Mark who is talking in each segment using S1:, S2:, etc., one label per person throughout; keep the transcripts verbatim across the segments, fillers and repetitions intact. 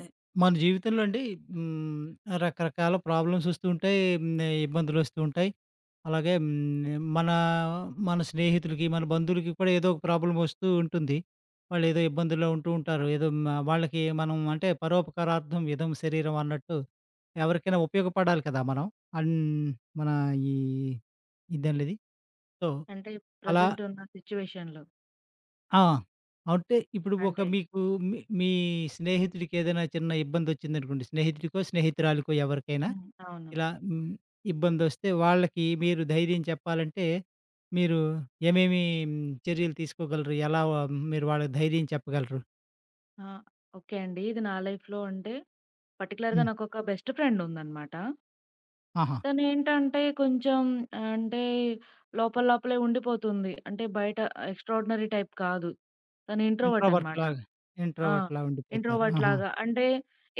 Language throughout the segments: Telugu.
S1: ఎ మన జీవితంలో అండి. హ్మ్. రకరకాల ప్రాబ్లమ్స్ వస్తూ ఉంటాయి. హ్మ్. ఇబ్బందులు వస్తూ ఉంటాయి. అలాగే. హ్మ్. మన, మన స్నేహితులకి, మన బంధువులకి కూడా ఏదో ఒక ప్రాబ్లమ్ వస్తూ ఉంటుంది. వాళ్ళు ఏదో ఇబ్బందుల్లో ఉంటూ ఉంటారు. ఏదో మ వాళ్ళకి మనం అంటే పరోపకారార్థం ఇదం శరీరం అన్నట్టు ఎవరికైనా ఉపయోగపడాలి కదా! మనం. అన్ మన ఈ ఇదేంటిది? సో
S2: అంటే
S1: అలా
S2: ప్రెజెంట్ ఉన్న సిట్యుయేషన్‌లో.
S1: ఆ! అంటే ఇప్పుడు ఒక
S2: అంటే
S1: మీకు మీ మీ స్నేహితుడికేదైనా చిన్న ఇబ్బందొచ్చిందనుకోండి, స్నేహితుడికో, స్నేహితురాలికో ఎవరికైనా
S2: హ్మ్. అవును.
S1: ఇలా హ్మ్, ఇబ్బందొస్తే వాళ్ళకి మీరు ధైర్యం చెప్పాలంటే, మీరు ఏమేమి చర్యలు తీసుకోగలరు? ఎలా మీరు వాళ్ళకి ధైర్యం చెప్పగలరు?
S2: ఆ! ఓకే అండి. ఇది నా లైఫ్‌లో అంటే పర్టిక్యులర్‌గా
S1: హ్మ్.
S2: నాకొక బెస్ట్ ఫ్రెండ్ ఉందనమాట.
S1: ఆహా!
S2: తనేంటంటే కొంచెం అంటే లోపల లోపలే ఉండిపోతుంది. అంటే బయట ఎక్స్ట్రార్డినరీ టైప్ కాదు. తను ఇంట్రోవర్ట్ అనమాట.
S1: ఇంట్రోవర్ట్‌లాగా
S2: ఆ!
S1: ఇంట్రోవర్ట్‌లా ఉండిపోతారు.
S2: ఇంట్రోవర్ట్
S1: ఆహా!
S2: లాగా. అంటే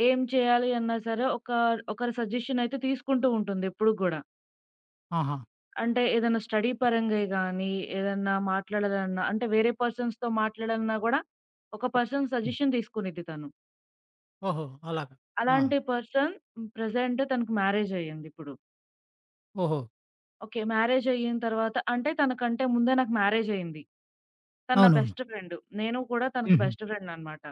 S2: ఏం చేయాలి అన్నా సరే ఒక ఒకరి సజెషన్ అయితే తీసుకుంటూ ఉంటుంది ఎప్పుడు గూడా.
S1: ఆహా!
S2: అంటే ఏదైనా స్టడీ పరంగాయి గానీ, ఏదన్నా మాట్లాడాలన్నా అంటే వేరే పర్సన్స్‌తో మాట్లాడాలన్నా గూడా, ఒక పర్సన్
S1: హ్మ్.
S2: సజెషన్ తీసుకునిద్ది తను.
S1: ఓహో! అలాగా. ఆ!
S2: అలాంటి పర్సన్ హ్మ్, ప్రెజెంట్ తనకు మ్యారేజ్ అయ్యిందిప్పుడు.
S1: ఓహో!
S2: ఓకే. మ్యారేజ్ అయిన తర్వాత అంటే తనకంటే ముందే నాకు మ్యారేజ్ అయింది. తను నా
S1: అవునవును.
S2: Best friend. నేను కూడా తనకి
S1: హుహు.
S2: బెస్ట్ ఫ్రెండ్ అనమాట.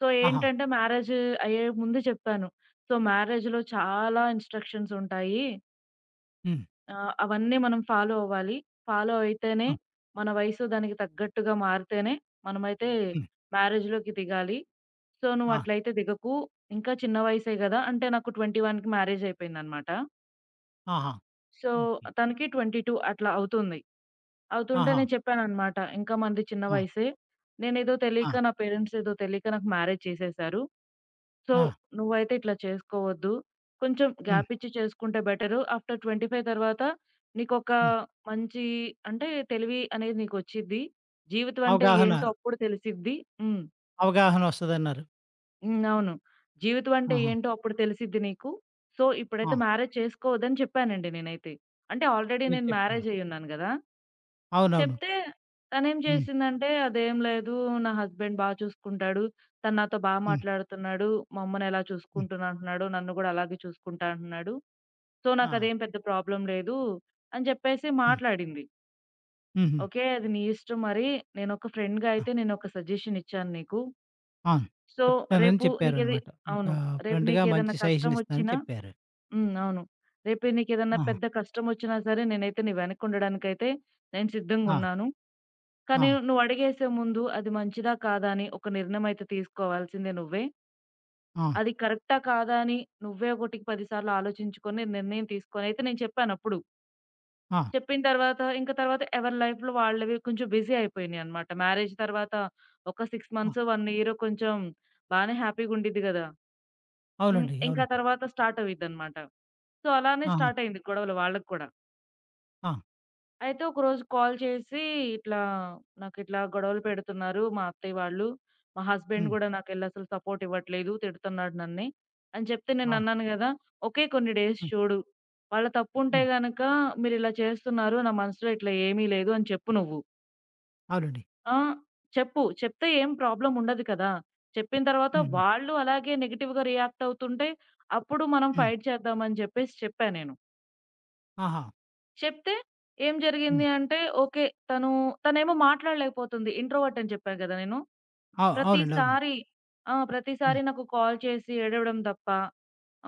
S2: సో,
S1: ఆహా!
S2: ఏంటంటే మ్యారేజ్ అయ్యే ముందు చెప్పాను. సో, మ్యారేజ్‌లో చాలా ఇన్‌స్ట్రక్షన్స్ ఉంటాయి.
S1: హ్మ్.
S2: ఆ! అవన్నీ మనం ఫాలో అవ్వాలి. ఫాలో అయితేనే
S1: ఆ!
S2: మన వయసు దానికి తగ్గట్టుగా మారితేనే మనమైతే
S1: హ్మ్.
S2: మ్యారేజ్‌లోకి దిగాలి. సో,
S1: ఆ!
S2: నువ్వట్లయితే దిగకు. ఇంకా చిన్న వయసే గదా! అంటే నాకు ఇరవై ఒకటికి మ్యారేజ్ అయిపోయిందనమాట.
S1: ఆహా!
S2: So,
S1: okay.
S2: తనకి ఇరవై రెండు అట్లా అవుతుంది. అవుతుంటే
S1: ఆహా!
S2: నేను చెప్పాననమాట. ఇంకా మనది చిన్న
S1: ఆ!
S2: వయసే. నేనేదో
S1: ఆ!
S2: తెలియక నా పేరెంట్స్ ఏదో తెలియక నాకు మ్యారేజ్ చేసేసారు. సో,
S1: ఆ!
S2: నువ్వైతే ఇట్లా చేసుకోవద్దు. కొంచెం
S1: హ్మ్.
S2: గ్యాప్ ఇచ్చి చేసుకుంటే బెటరు. ఆఫ్టర్ ఇరవై ఐదు తర్వాత నీకొక
S1: హ్మ్.
S2: మంచి అంటే తెలివి అనేది నీకొచ్చిద్ది. జీవితం అంటే
S1: అవగాహన,
S2: ఏంటో అప్పుడు తెలిసిద్ది. హ్మ్.
S1: అవగాహనొస్తదన్నారు.
S2: హ్మ్. అవును. జీవితం అంటే
S1: ఆహా!
S2: ఏంటో అప్పుడు తెలిసిద్ది నీకు. సో,
S1: ఆ!
S2: ఇప్పుడైతే మ్యారేజ్ చేసుకోవద్దని చెప్పానండి నేనైతే. అంటే ఆల్రెడీ
S1: మీరు
S2: నేను
S1: చెప్పారు.
S2: మ్యారేజ్ అయ్యున్నాను గదా!
S1: అవునవును.
S2: చెప్తే తనేం
S1: హ్మ్.
S2: చేసిందంటే, "అదేం లేదు, నా హస్బెండ్ బా చూసుకుంటాడు. తను నాతో బా
S1: హ్మ్.
S2: మాట్లాడుతున్నాడు. మా అమ్మని ఎలా
S1: హ్మ్.
S2: చూసుకుంటున్నా అంటున్నాడో నన్ను గూడా అలాగే చూసుకుంటా అంటున్నాడు. సో,
S1: ఆ!
S2: నాకదేం పెద్ద ప్రాబ్లమ్ లేదు" అని చెప్పేసి
S1: హ్మ్.
S2: మాట్లాడింది.
S1: హుహు.
S2: "ఓకే. అది నీ ఇష్టం మరి. నేనొక ఫ్రెండ్‌గా
S1: ఆ!
S2: అయితే నేనొక సజెషన్ ఇచ్చాను నీకు.
S1: అవును.
S2: సో,
S1: చెప్తానని
S2: రేపు నీకేది"
S1: చెప్పారనమాట. ఒక
S2: అవును. "రేపు
S1: ఫ్రెండ్‌గా
S2: నీకేదన్నా
S1: మంచి సజెషన్ ఇస్తానని
S2: కష్టమొచ్చినా"
S1: చెప్పారు.
S2: హ్మ్. అవును. "రేపు నీకేదన్నా
S1: ఆహా!
S2: పెద్ద కష్టమొచ్చినా సరే నేనైతే నీ వెనకుండడానికైతే నేను
S1: ఆ!
S2: సిద్ధంగున్నాను.
S1: ఆ!
S2: కానీ నువ్వడిగేసే ముందు అది మంచిదా? కాదా? అని ఒక నిర్ణయం అయితే తీసుకోవాల్సిందే నువ్వే.
S1: ఆ!
S2: అది కరెక్టా? కాదా? అని నువ్వే ఒకటికి పది సార్లు ఆలోచించుకొని నిర్ణయం తీసుకొని అయితే నేను చెప్పానప్పుడు.
S1: ఆ!
S2: చెప్పిన తర్వాత ఇంక తర్వాత ఎవరి లైఫ్‌లో వాళ్ళవి కొంచెం బిజీ అయిపోయినియనమాట. మ్యారేజ్ తర్వాత ఒక ఆరు
S1: ఆ!
S2: మంత్స్, ఒక ఇయర్ కొంచెం బానే హ్యాపీ‌గుండిద్ది గదా! హ్మ్.
S1: అవునండి.
S2: ఇంకా
S1: అవునండి.
S2: తర్వాత స్టార్ట్ అవుయిద్దనమాట. సో, అలానే
S1: ఆహా!
S2: స్టార్ట్ అయింది గొడవలు వాళ్ళకి కూడా.
S1: ఆ!
S2: అయితే ఒకరోజు కాల్ చేసి, "ఇట్లా నాకిట్లా గొడవలు పెడుతున్నారు మా అత్తయ్య వాళ్ళు. మా హస్బెండ్
S1: హ్మ్.
S2: గూడా నాకెళ్ళసలు సపోర్ట్ ఇవ్వట్లేదు. తిడుతున్నాడు నన్ని" అని చెప్తే
S1: ఆ!
S2: నేనన్నాను గదా! "ఓకే, కొన్ని డేస్
S1: హ్మ్.
S2: చూడు. వాళ్ళ తప్పుంటే
S1: హ్మ్.
S2: గనక, మీరిలా చేస్తున్నారు. నా మనసులో ఇట్లా ఏమీ లేదు అని చెప్పు నువ్వు.
S1: అవునండి.
S2: ఆ! చెప్పు. చెప్తే ఏం ప్రాబ్లమ్ ఉండదు కదా! చెప్పిన తర్వాత
S1: హ్మ్. హ్మ్.
S2: వాళ్ళు అలాగే నెగెటివ్‌గా రియాక్ట్ అవుతుంటే, అప్పుడు మనం
S1: హ్మ్.
S2: ఫైట్ చేద్దామని జెప్పేసి చెప్పా నేను.
S1: ఆహా!
S2: చెప్తే ఏం
S1: హ్మ్.
S2: జరిగింది అంటే, ఓకే. తను తనేమో మాట్లాడలేకపోతుంది. ఇంట్రోవర్ట్ అని చెప్పా గదా! నేను.
S1: అవు అవునండి. అవునండి.
S2: ప్రతిసారి ఆ!
S1: హ్మ్.
S2: ప్రతిసారి నాకు కాల్ చేసి ఏడవడం తప్ప,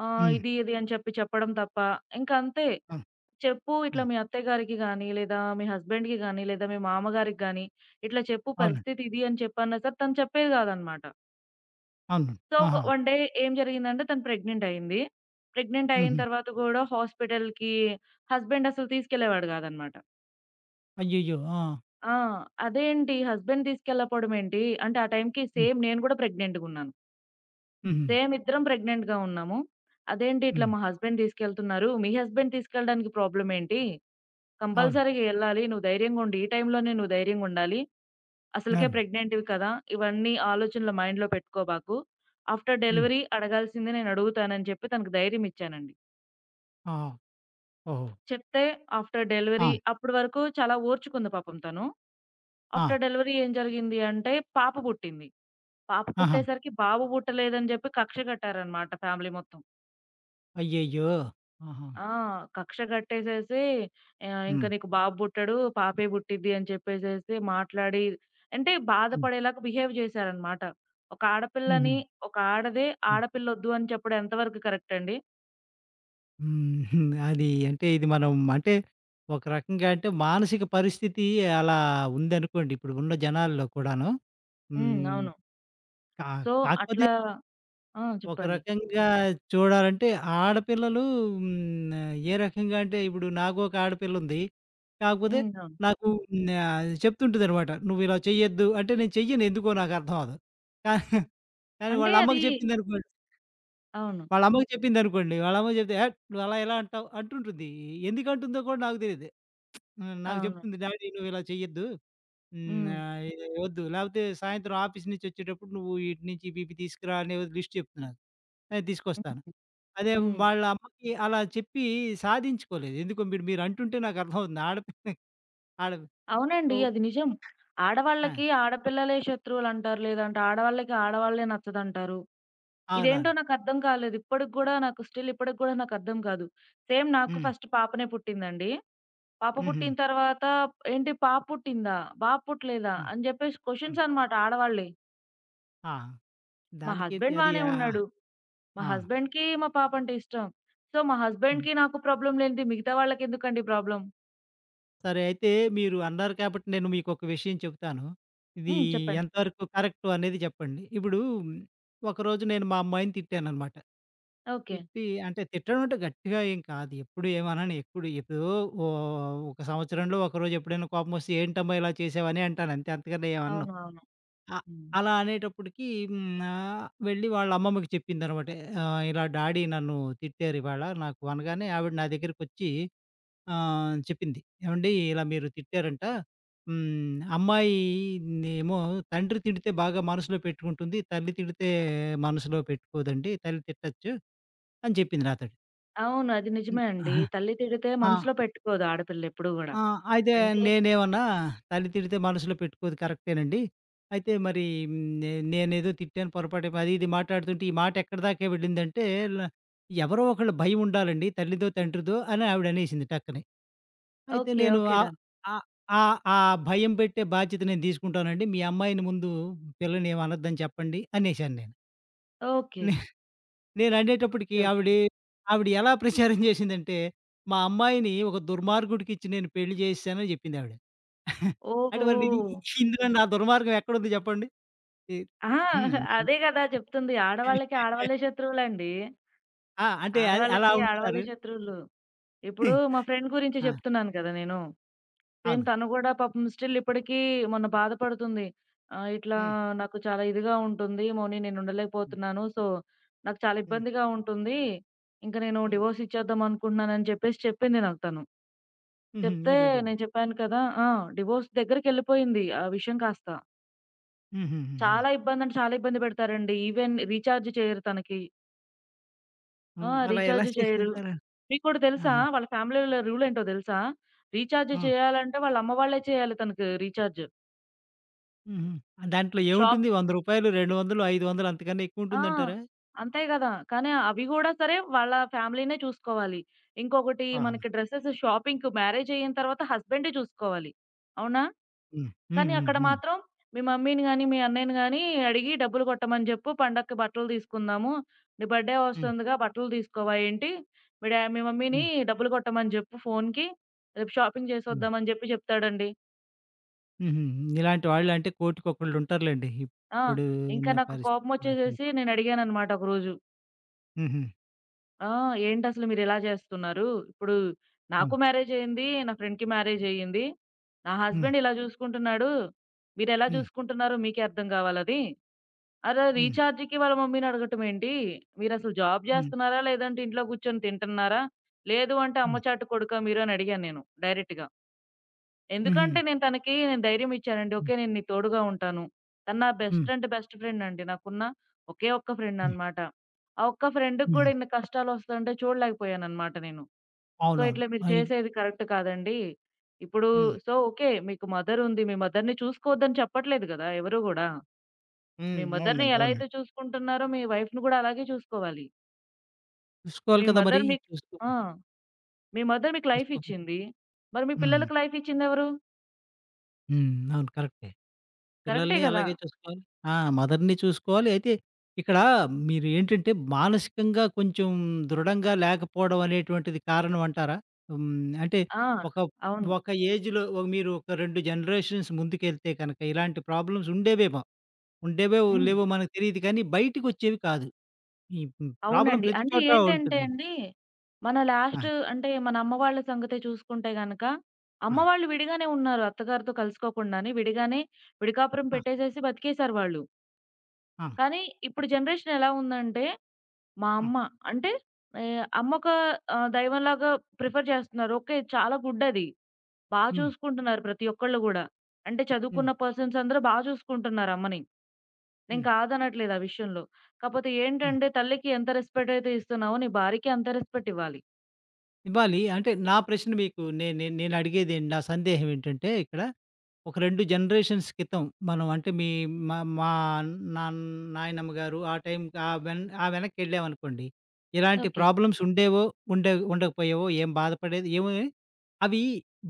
S2: ఆహ్,
S1: హ్మ్.
S2: ఇది, ఇది అని చెప్పి చెప్పడం తప్ప ఇంకంతే.
S1: అవును.
S2: చెప్పు ఇట్లా
S1: హ్మ్.
S2: మీ అత్తయ్య గారికి గానీ, లేదా మీ హస్బెండ్‌కి గానీ, లేదా మీ మామగారికి గానీ, ఇట్లా చెప్పు,
S1: అవునండి.
S2: పరిస్థితి ఇది అని చెప్పన్నా సరే తను చెప్పేది గాదనమాట.
S1: అవును.
S2: సో, ఒక
S1: ఆహా!
S2: వన్ డే ఏం జరిగిందంటే తను ప్రెగ్నెంట్ అయింది. ప్రెగ్నెంట్ అయిన
S1: హుహు.
S2: తర్వాత గూడా హాస్పిటల్‌కి హస్బెండ్ అసలు తీసుకెళ్ళేవాడు గాదనమాట.
S1: అయ్యయ్యో! ఆ!
S2: ఆ! అదేంటి హస్బెండ్ తీసుకెళ్ళకపోవడం ఏంటి? అంటే ఆ టైంకి
S1: హ్మ్.
S2: సేమ్ నేను కూడా ప్రెగ్నెంట్‌గున్నాను.
S1: హుహు.
S2: సేమ్ ఇద్దరం ప్రెగ్నెంట్‌గా ఉన్నాము. అదేంటి ఇట్లా
S1: హ్మ్.
S2: మా హస్బెండ్ తీసుకెళ్తున్నారు. మీ హస్బెండ్ తీసుకెళ్ళడానికి ప్రాబ్లమ్ ఏంటి?
S1: అవును.
S2: కంపల్సరీగా ఎళ్ళాలి. నువ్వు ధైర్యంగా ఉండు. ఈ టైంలోనే నువ్వు ధైర్యంగా ఉండాలి. అసలుకే
S1: అవును.
S2: ప్రెగ్నెంట్‌వి కదా! ఇవన్నీ ఆలోచనలు మైండ్‌లో పెట్టుకోబాకు. ఆఫ్టర్
S1: హ్మ్.
S2: డెలివరీ అడగాల్సింది నేను అడుగుతానని చెప్పి తనకు ధైర్యం ఇచ్చానండి.
S1: ఆ! ఓహో!
S2: చెప్తే ఆఫ్టర్
S1: ఆ!
S2: డెలివరీ అప్పటి వరకు చాలా ఓర్చుకుంది పాపం తను.
S1: ఆ!
S2: ఆఫ్టర్ డెలివరీ ఏం జరిగింది అంటే పాప పుట్టింది. పాప
S1: ఆహా!
S2: పుట్టేసరికి బాబు పుట్టలేదని జెప్పి కక్ష గట్టారనమాట ఫ్యామిలీ మొత్తం.
S1: అయ్యయ్యో! ఆహా!
S2: ఆ! కక్ష గట్టేసేసి ఆహ్, ఇంక
S1: హ్మ్.
S2: నీకు బాబు పుట్టడు, పాపే పుట్టిద్ది అని చెప్పేసేసి మాట్లాడి అంటే
S1: హ్మ్.
S2: బాధపడేలాగా బిహేవ్ జేశారనమాట. ఒక
S1: హుహు.
S2: ఆడపిల్లని ఒక ఆడదే
S1: హ్మ్.
S2: ఆడపిల్లొద్దు అని చెప్పడం ఎంతవరకు కరెక్ట్ అండి?
S1: హుహు. అది అంటే ఇది మనం అంటే ఒక రకంగా అంటే మానసిక పరిస్థితి అలా ఉందనుకోండి ఇప్పుడు ఉన్న జనాల్లో కూడాను.
S2: హ్మ్.
S1: హ్మ్.
S2: అవును.
S1: కా
S2: సో,
S1: కాకపోతే
S2: అట్లా ఆ!
S1: ఒక
S2: చెప్పండి.
S1: రకంగా చూడాలంటే ఆడపిల్లలు హ్మ్, ఏ రకంగా అంటే ఇప్పుడు నాకు ఒక ఆడపిల్ల ఉంది. కాకపోతే
S2: హ్మ్. అవును.
S1: నాకు హ్మ్, ఆహ్, చెప్తుంటదనమాట. "నువ్వు ఇలా చెయ్యొద్దు" అంటే నేను చెయ్యను, ఎందుకో నాకు అర్థం అవ్వదు. కా కానీ
S2: అంటే
S1: వాళ్ళ అమ్మకి
S2: అది
S1: చెప్పిందనుకోండి.
S2: అవును.
S1: వాళ్ళ అమ్మకి చెప్పిందనుకోండి వాళ్ళ అమ్మకి చెప్తే, "ఏహ్! నువ్వు అలా ఎలా అంటావు" అంటుంటుంది. ఎందుకంటుందో కూడా నాకు తెలీదు. హ్మ్, నాకు
S2: అవును.
S1: చెప్తుంది, "డాడీ నువ్వు ఇలా చెయ్యొద్దు. హ్మ్,
S2: హ్మ్.
S1: ఆహ్, ఇది వద్దు, లేకపోతే సాయంత్రం ఆఫీస్ నుంచి వచ్చేటప్పుడు నువ్వు ఈటి నుంచి ఇవి ఇవి తీసుకురా" అనే లిస్ట్ చెప్తున్నారు. నేను తీసుకొస్తాను.
S2: హ్మ్.
S1: అదే
S2: హ్మ్.
S1: వాళ్ళ అమ్మకి అలా చెప్పి సాధించుకోలేదు. ఎందుకో, మీరు మీరు అంటుంటే నాకు అర్థమవుతుంది. ఆడపిల్ల ఆడ ఓ
S2: అవునండి. అది నిజం.
S1: ఆ!
S2: ఆడవాళ్ళకి ఆడపిల్లలే శత్రువులంటారు. లేదంటే ఆడవాళ్ళకి ఆడవాళ్ళే నచ్చదంటారు. ఇదేంటో
S1: అవునవును.
S2: నాకర్థం కాలేదు. ఇప్పటికి గూడా నాకు స్టిల్ ఇప్పటికి గూడా నాకర్థం కాదు. సేమ్ నాకు
S1: హ్మ్.
S2: ఫస్ట్ పాపనే పుట్టిందండి. పాప
S1: హుహు.
S2: పుట్టిన తర్వాత ఏంటి పాప పుట్టిందా? బాబు పుట్టలేదా?
S1: హ్మ్.
S2: అని జెప్పేసి
S1: హ్మ్.
S2: క్వెషన్స్ అనమాట ఆడవాళ్ళే.
S1: ఆ!
S2: మా
S1: దానికేంటి
S2: హస్బెండ్
S1: అది,
S2: బానే
S1: ఆహ్,
S2: ఉన్నాడు. మా
S1: ఆ!
S2: హస్బెండ్‌కి మా పాప అంటే ఇష్టం. సో, మా
S1: హ్మ్.
S2: హస్బెండ్‌కి నాకు ప్రాబ్లమ్ లేనిది మిగతా వాళ్ళకెందుకండి ప్రాబ్లమ్?
S1: సరే, అయితే మీరు అన్నారు కాబట్టి నేను మీకొక విషయం చెప్తాను. ఇది
S2: హ్మ్. చెప్పండి.
S1: ఎంతవరకు కరెక్టు అనేది చెప్పండి. ఇప్పుడు ఒకరోజు నేను మా అమ్మాయిని తిట్టాననమాట.
S2: ఓకే.
S1: తిట్టి అంటే, తిట్టడం అంటే గట్టిగా ఏం కాదు. ఎప్పుడు ఏమనను. ఎప్పుడు ఎప్పుడో ఓ ఒక సంవత్సరంలో ఒకరోజు ఎప్పుడైనా కోపమొస్తే "ఏంటమ్మా! ఇలా చేసావని" అంటాను, అంతే. అంతకన్నా ఏమనను.
S2: అవును. అవును.
S1: అ
S2: హ్మ్.
S1: అలా అనేటప్పటికి హ్మ్. ఆహ్, వెళ్ళి వాళ్ళ అమ్మమ్మకి చెప్పిందనమాట. ఆహ్, "ఇలా డాడీ నన్ను తిట్టారు ఇవాళ నాకు" అనగానే ఆవిడ నా దగ్గరికొచ్చి ఆహ్, చెప్పింది. "ఏవండీ, ఇలా మీరు తిట్టారంట. హ్మ్. అమ్మాయి నేమో తండ్రి తిడితే బాగా మనసులో పెట్టుకుంటుంది. తల్లి తిడితే మనసులో పెట్టుకోదండి. తల్లి తిట్టొచ్చు" అని చెప్పింది నాతోటి.
S2: అవును. అది
S1: హ్మ్.
S2: నిజమే అండి.
S1: ఆహా!
S2: తల్లి తిడితే
S1: ఆ!
S2: మనసులో పెట్టుకోదు ఆడపిల్ల ఎప్పుడు గూడా.
S1: ఆ! అయితే
S2: అంటే
S1: నేనేమన్నా, తల్లి తిడితే మనసులో పెట్టుకోదు కరెక్టేనండి. అయితే మరి, హ్మ్, నే నేనేదో తిట్టాను, పొరపాటే, అది ఇది మాట్లాడుతుంటే ఈ మాట ఎక్కడిదాకా వెళ్ళిందంటే, ల ఎవరో ఒకళ్ళ భయం ఉండాలండి, తల్లిదో, తండ్రిదో అని ఆవిడనేసింది టక్కని. అయితే
S2: ఓకే.
S1: నేను,
S2: ఓకే.
S1: ఆహ్,
S2: డన్.
S1: ఆహ్, ఆహ్, ఆ భయం పెట్టే బాధ్యత నేను తీసుకుంటానండి. మీ అమ్మాయిని ముందు పిల్లని ఏమి అనొద్దని చెప్పండి అనేసాను నేను.
S2: ఓకే.
S1: నేననేటప్పటికి
S2: ఓకే. ఓకే.
S1: ఆవిడ, ఆవిడ ఎలా ప్రచారం చేసిందంటే, "మా అమ్మాయిని ఒక దుర్మార్గుడికిచ్చి నేను పెళ్లి చేసేసానని" జెప్పిందావిడ. అంటే
S2: ఓహో!
S1: మరి ఇది, ఇందులో నా దుర్మార్గం ఎక్కడుంది జెప్పండి? ఈ
S2: అహా!
S1: హ్మ్. మనం
S2: అదే గదా! చెప్తుంది. ఆడవాళ్ళకి ఆడవాళ్ళే శత్రువులండి.
S1: ఆ! అంటే అది అలా
S2: ఆడవాళ్ళకి ఆడవాళ్ళే
S1: ఉంటారు.
S2: శత్రువులు. ఇప్పుడు మా ఫ్రెండ్ గురించి
S1: ఆ!
S2: చెప్తున్నాను కదా! నేను. సేమ్
S1: అవును.
S2: తను గూడా పాపం స్టిల్ ఇప్పటికి మొన్న బాధపడుతుంది. ఆహ్, ఇట్లా
S1: హ్మ్.
S2: నాకు చాలా ఇదిగా ఉంటుంది. మౌని నేను
S1: హ్మ్.
S2: ఉండలేకపోతున్నాను. సో, నాకు చాలా
S1: హ్మ్.
S2: ఇబ్బందిగా ఉంటుంది. ఇంక నేను
S1: హ్మ్.
S2: డివోర్స్ ఇచ్చేద్దాం అనుకుంటున్నాను అని చెప్పేసి చెప్పింది నాకు తను.
S1: హుహు.
S2: చెప్తే
S1: అయ్యయ్యో!
S2: నేను చెప్పాను కదా! ఆ! డివోర్స్ దగ్గరికెళ్ళిపోయింది ఆ విషయం కాస్త.
S1: హుహుహుహు.
S2: చాలా ఇబ్బంది అంటే చాలా ఇబ్బంది పెడతారండి. ఈవెన్ రీచార్జ్ చేయరు తనకి. ఆ!
S1: హ్మ్. అలా ఎలా
S2: రీచార్జ్ చేయరు.
S1: చేయగలుగుతారు?
S2: మీకు కూడా తెలుసా?
S1: ఆహా!
S2: వాళ్ళ ఫ్యామిలీలో రూల్ ఏంటో తెలుసా? రీచార్జ్
S1: ఆ!
S2: చేయాలంటే వాళ్ళ అమ్మ వాళ్ళే చేయాలి తనకి రీచార్జ్.
S1: హుహు. దాంట్లో
S2: షాప్
S1: ఏముంటుంది? రూ. వంద, రూ. రెండు వందలు, ఐదు వందలు అంతకన్నా
S2: ఆ!
S1: ఎక్కువుంటుందంటారా?
S2: అంతే గదా! కానీ అవి గూడా సరే వాళ్ళ ఫ్యామిలీనే చూసుకోవాలి. ఇంకొకటి
S1: ఆహా!
S2: మనకి డ్రెసెస్ షాపింగ్‌కి మ్యారేజ్ అయిన తర్వాత హస్బెండే చూసుకోవాలి. అవునా?
S1: హ్మ్. హ్మ్.
S2: కానీ
S1: హ్మ్.
S2: అక్కడ
S1: హ్మ్.
S2: మాత్రం మీ మమ్మీని గాని, మీ అన్నయ్యని గాని అడిగి డబ్బులు కొట్టమని జెప్పు. పండక్కి బట్టలు తీసుకుందాము. నీ బర్త్‌డే
S1: హ్మ్.
S2: వస్తుందిగా బట్టలు తీసుకోవా ఏంటి? మీ డా మీ మమ్మీని
S1: హ్మ్.
S2: డబ్బులు కొట్టమని జెప్పు ఫోన్‌కి. రేపు షాపింగ్
S1: హ్మ్.
S2: చేసొద్దాం అని జెప్పి జెప్తాడండి.
S1: హుహు. ఇలాంటి వాళ్ళు అంటే కోటికొకళ్ళు ఉంటారులెండి.
S2: ఆ!
S1: ఇప్పుడు
S2: ఇంకా
S1: ఉన్న
S2: నాకు
S1: పరిస్థితి కాకుండా.
S2: కోపమొచ్చేసేసి నేను అడిగాననమాట ఒకరోజు.
S1: హుహు.
S2: ఆ! ఏంటసలు మీరిలా చేస్తున్నారు? ఇప్పుడు నాకు
S1: అవును.
S2: మ్యారేజ్ అయింది. నా ఫ్రెండ్‌కి మ్యారేజ్ అయ్యింది. నా
S1: హ్మ్.
S2: హస్బెండ్ ఇలా చూసుకుంటున్నాడు. మీరెలా
S1: హ్మ్.
S2: చూసుకుంటున్నారో మీకే అర్థం గావాలది. అరె!
S1: హ్మ్.
S2: రీచార్జ్‌కి వాళ్ళ మమ్మీని అడగటం ఏంటి? మీరసలు జాబ్
S1: హ్మ్.
S2: జేస్తున్నారా? లేదంటే ఇంట్లో కూర్చొని తింటున్నారా? లేదు అంటే అమ్మ
S1: హ్మ్.
S2: చాటు కొడుకా మీరు అని అడిగాను నేను డైరెక్ట్‌గా.
S1: హుహు.
S2: ఎందుకంటే నేను తనకి నేను ధైర్యం ఇచ్చానండి. ఓకే.
S1: హ్మ్.
S2: నేను నీకు తోడుగా ఉంటాను. తను నా బెస్ట్
S1: హ్మ్.
S2: అంటే బెస్ట్ ఫ్రెండ్ అండి. నాకున్న ఒకే ఒక్క ఫ్రెండ్
S1: హ్మ్.
S2: అన్నమాట. ఆ ఒక్క ఫ్రెండ్‌కి గూడా
S1: హ్మ్.
S2: ఇన్ని కష్టాలొస్తుంటే చూడలేకపోయానన్నమాట నేను. సో,
S1: అవునవును.
S2: ఇట్లా మీరు
S1: అయి
S2: చేసేది కరెక్ట్ కాదండి. ఇప్పుడు
S1: హ్మ్.
S2: So, okay. మీకు మదర్ ఉంది. మీ మదర్‌ని చూసుకోవద్దని చెప్పట్లేదు గదా! ఎవరు గూడా. మీ
S1: హ్మ్.
S2: మదర్‌ని
S1: అవునండి.
S2: ఎలా
S1: అవునండి.
S2: అయితే చూసుకుంటున్నారో మీ వైఫ్‌ని గూడా అలాగే చూసుకోవాలి.
S1: చూసుకోవాలి
S2: మీ
S1: కదా! మరి.
S2: మదర్ మీకు
S1: చూసుకో
S2: ఆ! మీ మదర్ మీకు లైఫ్
S1: చూసుకోకపోతే
S2: ఇచ్చింది. మరి మీ
S1: హ్మ్.
S2: పిల్లలకి లైఫ్ ఇచ్చిందెవరు?
S1: హ్మ్. అవును. కరెక్టే.
S2: కరెక్టే
S1: పిల్లల్ని
S2: గదా!
S1: అలాగే చూసుకోవాలి. ఆ! మదర్‌ని చూసుకోవాలి. అయితే ఇక్కడ మీరు ఏంటంటే, మానసికంగా కొంచెం దృఢంగా లేకపోవడం అనేటువంటిది కారణం అంటారా? హ్మ్. అంటే
S2: ఆ!
S1: ఒక,
S2: అవును.
S1: ఒక ఏజ్‌లో ఒక మీరు ఒక రెండు జనరేషన్స్ ముందుకెళ్తే కనుక ఇలాంటి ప్రాబ్లమ్స్ ఉండేవేమో, ఉండేవో
S2: హ్మ్.
S1: లేవో మనకు తెలీదు, కానీ బయటికొచ్చేవి కాదు. ఈ హ్మ్. ప్రాబ్లమ్
S2: అవునండి.
S1: ప్రతి
S2: అంటే
S1: చోట
S2: ఏంటంటే
S1: ఉంటుందండి.
S2: అండి, మన
S1: ఆ!
S2: లాస్ట్ అంటే మన అమ్మ వాళ్ళ సంగతే చూసుకుంటే గనక,
S1: ఆ!
S2: అమ్మ వాళ్ళు విడిగానే ఉన్నారు. అత్తగారితో కలుసుకోకుండానే విడిగానే విడికాపురం
S1: ఆ!
S2: పెట్టేసేసి బతికేసారు వాళ్ళు.
S1: ఆ!
S2: కానీ ఇప్పుడు జనరేషన్ ఎలా ఉందంటే మా
S1: ఆ!
S2: అమ్మ. అంటే ఆహ్, అమ్మొక ఆహ్, దైవంలాగా ప్రిఫర్ చేస్తున్నారు. ఓకే. చాలా గుడ్ అది. బా
S1: హ్మ్.
S2: చూసుకుంటున్నారు ప్రతి ఒక్కళ్ళు గూడా. అంటే
S1: హ్మ్.
S2: చదువుకున్న పర్సన్స్ అందరూ బా చూసుకుంటున్నారు అమ్మని. నేను
S1: హ్మ్.
S2: కాదనట్లేదు ఆ విషయంలో. కాపోతే
S1: హ్మ్.
S2: ఏంటంటే తల్లికి ఎంత రెస్పెక్ట్ అయితే ఇస్తున్నావో నీ భార్యకి అంతే రెస్పెక్ట్ ఇవ్వాలి.
S1: ఇవ్వాలి. అంటే నా ప్రశ్న మీకు, నే నే నేను అడిగేదేంటి, నా సందేహం ఏంటంటే, ఇక్కడ ఒక రెండు జనరేషన్స్ క్రితం మనం అంటే మీ మా మా నాన్ నాయనమ్మ గారు, ఆ టైం ఆ వెన్ ఆ వెనక్కెళ్ళామనుకోండి. ఎలాంటి
S2: ఓకే.
S1: ప్రాబ్లమ్స్ ఉండేవో, ఉండే ఉండకపోయేవో, ఏం బాధపడేది ఏమోని, అవి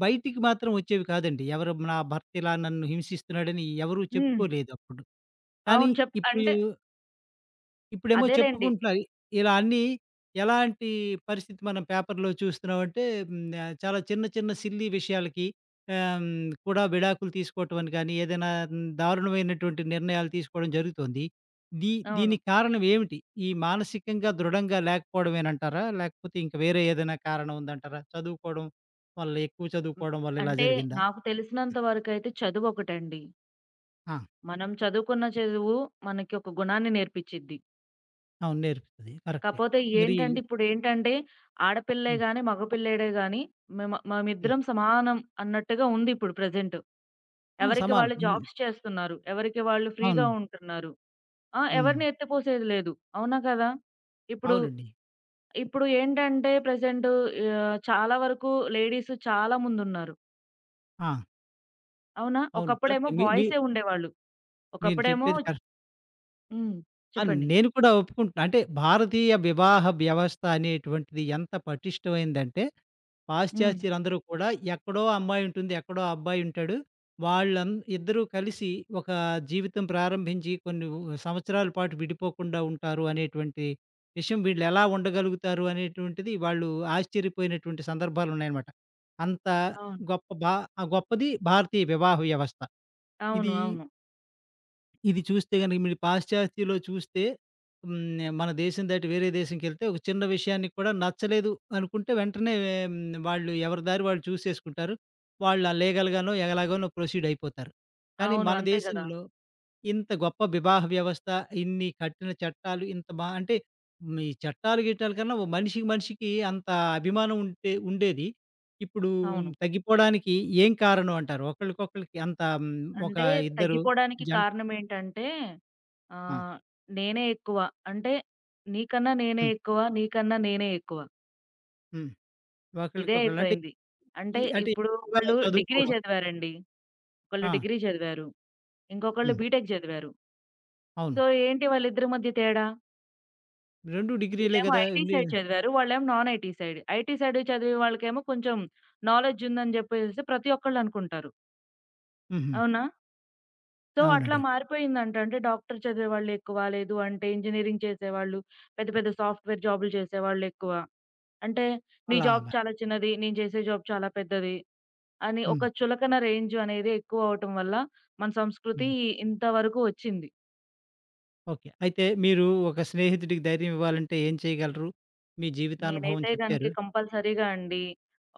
S1: బయటికి మాత్రం వచ్చేవి కాదండి. ఎవరు నా భర్త ఇలా నన్ను హింసిస్తున్నాడని ఎవరు
S2: హ్మ్.
S1: చెప్పుకోలేదప్పుడు. కానీ
S2: అవును. చెప్
S1: ఇప్పుడు,
S2: అంటే
S1: ఇప్పుడేమో
S2: అదేలెండి.
S1: చెప్పుకుంటున్నారు. ఇలా అన్నీ ఎలాంటి పరిస్థితి, మనం పేపర్‌లో చూస్తున్నామంటే, హ్మ్, ఆహ్, చాలా చిన్న చిన్న సిల్లీ విషయాలకి ఆహ్, హ్మ్, కూడా విడాకులు తీసుకోవటం అని కానీ, ఏదైనా హ్మ్, దారుణమైనటువంటి నిర్ణయాలు తీసుకోవడం జరుగుతోంది. దీ
S2: అవును.
S1: దీనికి కారణం ఏమిటి? ఈ మానసికంగా దృఢంగా లేకపోవడమేనంటారా? లేకపోతే ఇంక వేరే ఏదైనా కారణం ఉందంటారా? చదువుకోవడం వల్ల, ఎక్కువ
S2: హ్మ్.
S1: చదువుకోవడం వల్ల ఇలా
S2: అంటే
S1: జరిగిందా?
S2: నాకు తెలిసినంత వరకైతే చదువొకటండి.
S1: ఆ!
S2: మనం చదువుకున్న చదువు మనకి ఒక గుణాన్ని నేర్పిచ్చిద్ది.
S1: అవును, నేర్పుతది. కరెక్టే.
S2: కాపోతే
S1: మరి
S2: ఏంటంటే, ఇప్పుడేంటంటే ఆడపిల్లే
S1: హ్మ్.
S2: గాని, మగపిల్లాడే గాని మేమ
S1: హ్మ్.
S2: మేమిద్దరం సమానం అన్నట్టుగా ఉందిప్పుడు ప్రెజెంట్.
S1: ఆ!
S2: ఎవరికి
S1: సమానం.
S2: వాళ్ళు
S1: హ్మ్.
S2: జాబ్స్ చేస్తున్నారు. ఎవరికి వాళ్ళు
S1: అవును.
S2: ఫ్రీగా ఉంటున్నారు. ఆ!
S1: హ్మ్.
S2: ఎవరిని ఎత్తిపోసేది లేదు. అవునా కదా! ఇప్పుడు,
S1: అవునండి.
S2: ఇప్పుడు ఏంటంటే ప్రెజెంట్ ఆహ్, చాలా వరకు లేడీస్ చాలా ముందున్నారు.
S1: ఆ!
S2: అవునా?
S1: అవును.
S2: ఒకప్పుడేమో
S1: కరెక్టే. మీ మీ
S2: బాయ్సే ఉండేవాళ్ళు.
S1: మీరు
S2: ఒకప్పుడేమో
S1: చెప్పేది కరెక్ట్.
S2: హ్మ్.
S1: ఆ!
S2: చెప్పండి.
S1: నేను కూడా ఒప్పుకుంటున్నా. అంటే భారతీయ వివాహ వ్యవస్థ అనేటువంటిది ఎంత పటిష్టమైందంటే,
S2: హ్మ్.
S1: పాశ్చాత్యులందరూ కూడా, ఎక్కడో అమ్మాయి ఉంటుంది, ఎక్కడో అబ్బాయి ఉంటాడు. వాళ్ళం ఇద్దరూ కలిసి ఒక జీవితం ప్రారంభించి కొన్ని ఉ సంవత్సరాల పాటు విడిపోకుండా ఉంటారు అనేటువంటి విషయం, వీళ్ళు ఎలా ఉండగలుగుతారు అనేటువంటిది వాళ్ళు ఆశ్చర్యపోయినటువంటి సందర్భాలున్నాయనమాట. అంత
S2: అవును.
S1: గొప్ప భా ఆ! గొప్పది భారతీయ వివాహ వ్యవస్థ.
S2: అవును.
S1: ఇది
S2: అవును.
S1: ఇది చూస్తే గనుక మీరు పాశ్చాత్యలో చూస్తే, హ్మ్. మన దేశం దాటి వేరే దేశంకెళ్తే ఒక చిన్న విషయానికి కూడా నచ్చలేదు అనుకుంటే వెంటనే, హ్మ్. వాళ్ళు ఎవరి దారి వాళ్ళు చూసేసుకుంటారు. వాళ్ళు లీగల్‌గానో, ఎలాగోనో ప్రొసీడ్ అయిపోతారు. కానీ
S2: అవును.
S1: మన
S2: అంతే గదా!
S1: దేశంలో ఇంత గొప్ప వివాహ వ్యవస్థ, ఇన్ని కఠిన చట్టాలు, ఇంత బా అంటే, హ్మ్. ఈ చట్టాలు, గిట్టాల కన్నా ఓ మనిషికి, మనిషికి అంత అభిమానం ఉంటే ఉండేది. ఇప్పుడు
S2: అవును.
S1: తగ్గిపోవడానికి ఏం కారణం అంటారు? ఒకళ్ళకొకళ్ళకి అంత హ్మ్. ఒక
S2: అంటే
S1: ఇద్దరు
S2: తగ్గిపోడానికి
S1: జం
S2: కారణం ఏంటంటే
S1: ఆ!
S2: ఆహ్, నేనే ఎక్కువ. అంటే నీకన్నా నేనే
S1: హ్మ్.
S2: ఎక్కువ, నీకన్నా నేనే ఎక్కువ.
S1: హ్మ్.
S2: ఇదే
S1: ఒకళ్ళకొకళ్ళు అంటే,
S2: అయిపోయింది. అంటే
S1: ఈ అంటే
S2: ఇప్పుడు
S1: ఎక్కువగా
S2: ఒకళ్ళు డిగ్రీ
S1: చదువుకోవడం.
S2: చదివారండి. ఒకళ్ళు
S1: ఆ!
S2: డిగ్రీ చదివారు. ఇంకొకళ్ళు
S1: హ్మ్.
S2: బీటెక్ చదివారు. సో,
S1: అవును.
S2: ఏంటి వాళ్ళిద్దరి మధ్య తేడా?
S1: రెండు డిగ్రీలే
S2: వీళ్ళేమో
S1: గదా!
S2: ఐటీ
S1: ఉండి
S2: సైడ్ చదివారు. వాళ్ళేమో non IT side. IT side చదివే వాళ్ళకేమో కొంచెం నాలెడ్జ్ ఉందని చెప్పేసేసి ప్రతి ఒక్కళ్ళు అనుకుంటారు.
S1: హుహు.
S2: అవునా? సో, అట్లా
S1: అవునండి.
S2: మారిపోయిందంట. అంటే డాక్టర్ చదివేవాళ్ళెక్కువ, లేదు అంటే ఇంజినీరింగ్ చేసేవాళ్ళు, పెద్ద పెద్ద సాఫ్ట్‌వేర్ జాబులు చేసేవాళ్ళెక్కువ. అంటే నీ
S1: అలా
S2: జాబ్
S1: మరి.
S2: చాలా చిన్నది, నేను చేసే జాబ్ చాలా పెద్దది అని ఒక
S1: హ్మ్.
S2: చులకన రేంజ్ అనేది ఎక్కువ అవ్వటం వల్ల మన సంస్కృతి
S1: హ్మ్.
S2: ఇంతవరకు వచ్చింది.
S1: ఓకే. అయితే మీరు ఒక స్నేహితుడికి ధైర్యం ఇవ్వాలంటే ఏం చేయగలరు? మీ జీవితానుభవం
S2: నేనైతే
S1: చెప్పారు.
S2: గనుక కంపల్సరీగా అండి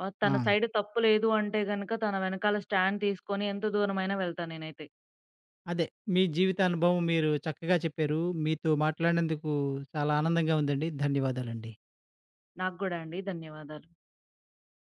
S2: ఆహ్,
S1: ఆ!
S2: తన సైడ్ తప్పు లేదు అంటే గనుక తన వెనకాల స్టాండ్ తీసుకొని ఎంత దూరమైనా వెళ్తా నేనైతే.
S1: అదే మీ జీవితానుభవం మీరు చక్కగా చెప్పారు. మీతో మాట్లాడినందుకు చాలా ఆనందంగా ఉందండి. ధన్యవాదాలండి.
S2: నాకు గూడా అండి ధన్యవాదాలు.